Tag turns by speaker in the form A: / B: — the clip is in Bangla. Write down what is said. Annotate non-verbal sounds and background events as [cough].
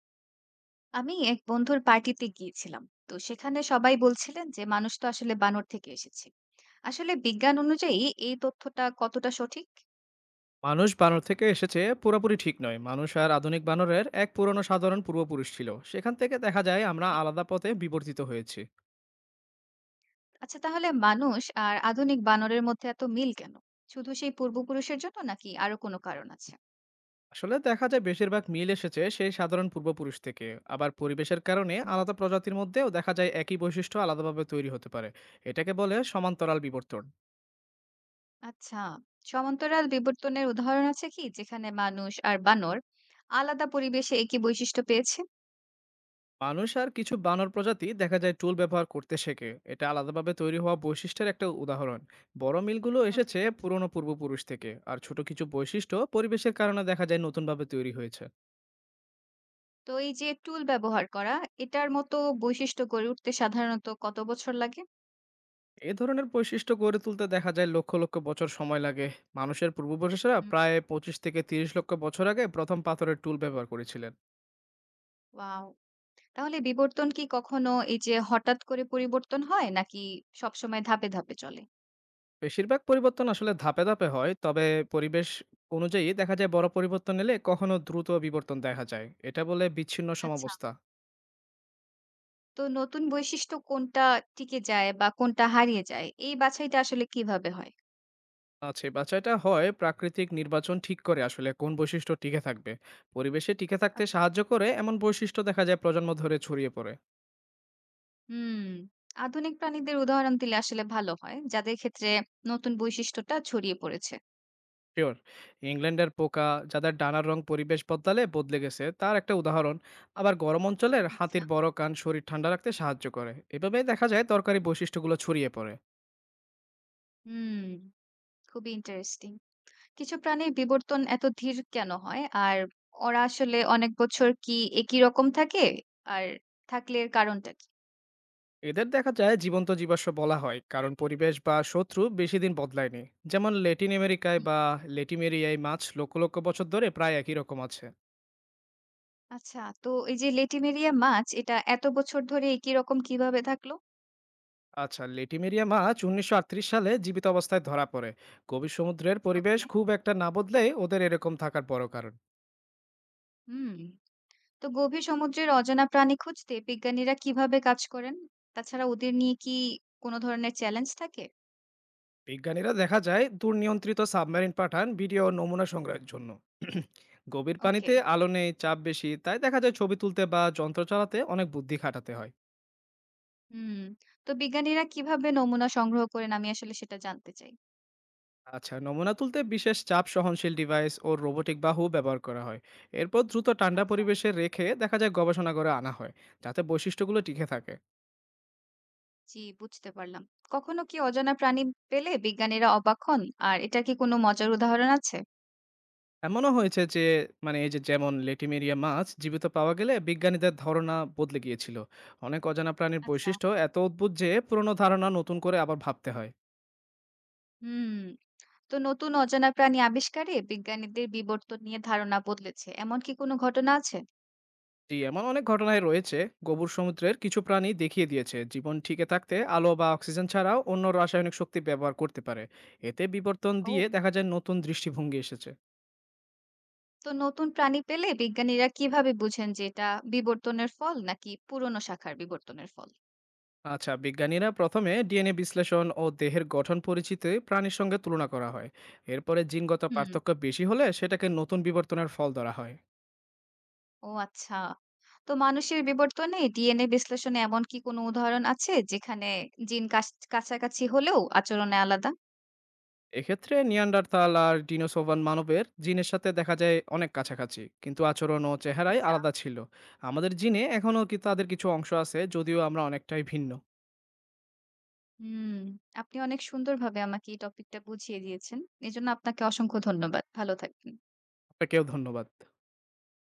A: আমি এক বন্ধুর পার্টিতে গিয়েছিলাম, তো সেখানে সবাই বলছিলেন যে মানুষ তো আসলে বানর থেকে এসেছে আসলে বিজ্ঞান অনুযায়ী। এই তথ্যটা কতটা সঠিক?
B: মানুষ বানর থেকে এসেছে পুরোপুরি ঠিক নয়। মানুষ আর আধুনিক বানরের এক পুরনো সাধারণ পূর্বপুরুষ ছিল, সেখান থেকে দেখা যায় আমরা
A: ওকে,
B: আলাদা পথে বিবর্তিত হয়েছি।
A: আচ্ছা তাহলে মানুষ আর আধুনিক বানরের মধ্যে এত মিল কেন? শুধু সেই পূর্বপুরুষের জন্য নাকি আরো কোনো কারণ আছে?
B: আসলে দেখা যায় বেশিরভাগ মিল এসেছে সেই সাধারণ পূর্বপুরুষ থেকে। আবার পরিবেশের কারণে
A: হুম,
B: আলাদা প্রজাতির মধ্যেও দেখা যায় একই বৈশিষ্ট্য আলাদাভাবে তৈরি হতে পারে। এটাকে বলে সমান্তরাল বিবর্তন।
A: আচ্ছা, সমান্তরাল বিবর্তনের উদাহরণ আছে কি যেখানে মানুষ আর বানর আলাদা পরিবেশে একই বৈশিষ্ট্য পেয়েছে?
B: মানুষ আর কিছু বানর প্রজাতি দেখা যায় টুল ব্যবহার করতে শেখে, এটা আলাদাভাবে তৈরি হওয়া বৈশিষ্ট্যের একটা উদাহরণ। বড় মিলগুলো
A: ওকে,
B: এসেছে পুরনো পূর্বপুরুষ থেকে, আর ছোট কিছু বৈশিষ্ট্য পরিবেশের কারণে দেখা যায় নতুনভাবে তৈরি হয়েছে।
A: তো এই যে টুল ব্যবহার করা, এটার মতো বৈশিষ্ট্য গড়ে উঠতে সাধারণত কত বছর লাগে?
B: এ ধরনের বৈশিষ্ট্য গড়ে তুলতে দেখা যায় লক্ষ লক্ষ বছর সময় লাগে। মানুষের পূর্বপুরুষেরা প্রায় 25 থেকে 30 লক্ষ বছর আগে প্রথম পাথরের টুল ব্যবহার করেছিলেন।
A: ওয়াও! তাহলে বিবর্তন কি কখনো এই যে হঠাৎ করে পরিবর্তন হয় নাকি সবসময় ধাপে, ধাপে চলে?
B: বেশিরভাগ পরিবর্তন আসলে ধাপে ধাপে হয়, তবে পরিবেশ অনুযায়ী দেখা যায় বড় পরিবর্তন এলে কখনো দ্রুত বিবর্তন দেখা যায়, এটা বলে বিচ্ছিন্ন
A: আচ্ছা।
B: সমাবস্থা।
A: তো নতুন বৈশিষ্ট্য কোনটা টিকে যায় বা কোনটা হারিয়ে যায়, এই বাছাইটা আসলে কিভাবে হয়?
B: আচ্ছা, এই বাছাইটা হয় প্রাকৃতিক নির্বাচন, ঠিক করে আসলে কোন বৈশিষ্ট্য টিকে থাকবে। পরিবেশে টিকে থাকতে
A: আচ্ছা।
B: সাহায্য করে এমন বৈশিষ্ট্য দেখা যায় প্রজন্ম ধরে ছড়িয়ে পড়ে।
A: হুম। আধুনিক প্রাণীদের উদাহরণ দিলে আসলে ভালো হয়, যাদের ক্ষেত্রে নতুন বৈশিষ্ট্যটা ছড়িয়ে পড়েছে।
B: শিওর। ইংল্যান্ডের পোকা যাদের ডানার রং পরিবেশ বদলালে বদলে গেছে তার একটা উদাহরণ। আবার গরম অঞ্চলের
A: আচ্ছা।
B: হাতির বড় কান শরীর ঠান্ডা রাখতে সাহায্য করে, এভাবেই দেখা যায় দরকারি বৈশিষ্ট্যগুলো ছড়িয়ে পড়ে।
A: হুম, খুবই ইন্টারেস্টিং। কিছু প্রাণীর বিবর্তন এত ধীর কেন হয়? আর ওরা আসলে অনেক বছর কি একই রকম থাকে? আর থাকলে এর কারণটা কি?
B: এদের দেখা যায় জীবন্ত জীবাশ্ম বলা হয়, কারণ পরিবেশ বা শত্রু বেশি দিন বদলায়নি। যেমন ল্যাটিন আমেরিকায়
A: হুম,
B: বা লেটিমেরিয়ায় মাছ লক্ষ লক্ষ বছর ধরে প্রায় একই রকম আছে।
A: আচ্ছা। তো এই যে লেটিমেরিয়া মাছ, এটা এত বছর ধরে একই রকম কিভাবে থাকলো?
B: আচ্ছা, লেটিমেরিয়া মাছ 1938 সালে জীবিত অবস্থায় ধরা পড়ে। গভীর সমুদ্রের পরিবেশ
A: ওকে।
B: খুব একটা না বদলে ওদের এরকম থাকার বড় কারণ।
A: হুম। তো গভীর সমুদ্রের অজানা প্রাণী খুঁজতে বিজ্ঞানীরা কিভাবে কাজ করেন? তাছাড়া ওদের নিয়ে কি কোনো ধরনের চ্যালেঞ্জ থাকে?
B: বিজ্ঞানীরা দেখা যায় দুর্নিয়ন্ত্রিত সাবমেরিন পাঠান ভিডিও ও নমুনা সংগ্রহের জন্য। [clears throat] গভীর
A: ওকে।
B: পানিতে আলো নেই, চাপ বেশি, তাই দেখা যায় ছবি তুলতে বা যন্ত্র চালাতে অনেক বুদ্ধি খাটাতে হয়।
A: হুম। তো বিজ্ঞানীরা কিভাবে নমুনা সংগ্রহ করেন, আমি আসলে সেটা জানতে চাই।
B: আচ্ছা, নমুনা তুলতে বিশেষ চাপ সহনশীল ডিভাইস ও রোবোটিক বাহু ব্যবহার করা হয়। এরপর দ্রুত ঠান্ডা
A: আচ্ছা।
B: পরিবেশে রেখে দেখা যায় গবেষণা করে আনা হয়, যাতে বৈশিষ্ট্যগুলো টিকে থাকে।
A: জি, বুঝতে পারলাম। কখনো কি অজানা প্রাণী পেলে বিজ্ঞানীরা অবাক হন? আর এটার কি কোনো মজার উদাহরণ আছে?
B: এমনও হয়েছে যে, মানে এই যে, যেমন লেটিমেরিয়া মাছ জীবিত পাওয়া গেলে বিজ্ঞানীদের ধারণা বদলে গিয়েছিল। অনেক অজানা প্রাণীর
A: আচ্ছা।
B: বৈশিষ্ট্য এত অদ্ভুত যে পুরনো ধারণা নতুন করে আবার ভাবতে হয়।
A: হুম। তো নতুন অজানা প্রাণী আবিষ্কারে বিজ্ঞানীদের বিবর্তন নিয়ে ধারণা বদলেছে, এমন কি কোনো ঘটনা আছে?
B: জি, এমন অনেক ঘটনায় রয়েছে। গোবর সমুদ্রের কিছু প্রাণী দেখিয়ে দিয়েছে জীবন টিকে থাকতে আলো বা অক্সিজেন ছাড়াও অন্য রাসায়নিক শক্তি ব্যবহার করতে পারে। এতে বিবর্তন
A: ও,
B: দিয়ে দেখা যায় নতুন দৃষ্টিভঙ্গি এসেছে।
A: তো নতুন প্রাণী পেলে বিজ্ঞানীরা কিভাবে বুঝেন যে এটা বিবর্তনের ফল নাকি পুরনো শাখার বিবর্তনের ফল?
B: আচ্ছা, বিজ্ঞানীরা প্রথমে ডিএনএ বিশ্লেষণ ও দেহের গঠন পরিচিতি প্রাণীর সঙ্গে তুলনা করা হয়। এরপরে জিনগত
A: হুম,
B: পার্থক্য বেশি হলে সেটাকে নতুন বিবর্তনের ফল ধরা হয়।
A: ও আচ্ছা। তো মানুষের বিবর্তনে ডিএনএ বিশ্লেষণে এমন কি কোনো উদাহরণ আছে যেখানে জিন কাছাকাছি হলেও আচরণে আলাদা?
B: এক্ষেত্রে নিয়ান্ডারতাল আর ডিনোসোভান মানবের জিনের সাথে দেখা যায় অনেক কাছাকাছি, কিন্তু আচরণ ও চেহারায়
A: আচ্ছা।
B: আলাদা ছিল। আমাদের জিনে এখনও কি
A: হুম,
B: তাদের কিছু অংশ আছে, যদিও আমরা অনেকটাই ভিন্ন।
A: হুম, আপনি অনেক সুন্দরভাবে আমাকে এই টপিকটা বুঝিয়ে দিয়েছেন। এজন্য আপনাকে অসংখ্য ধন্যবাদ, ভালো থাকবেন।
B: আপনাকেও ধন্যবাদ।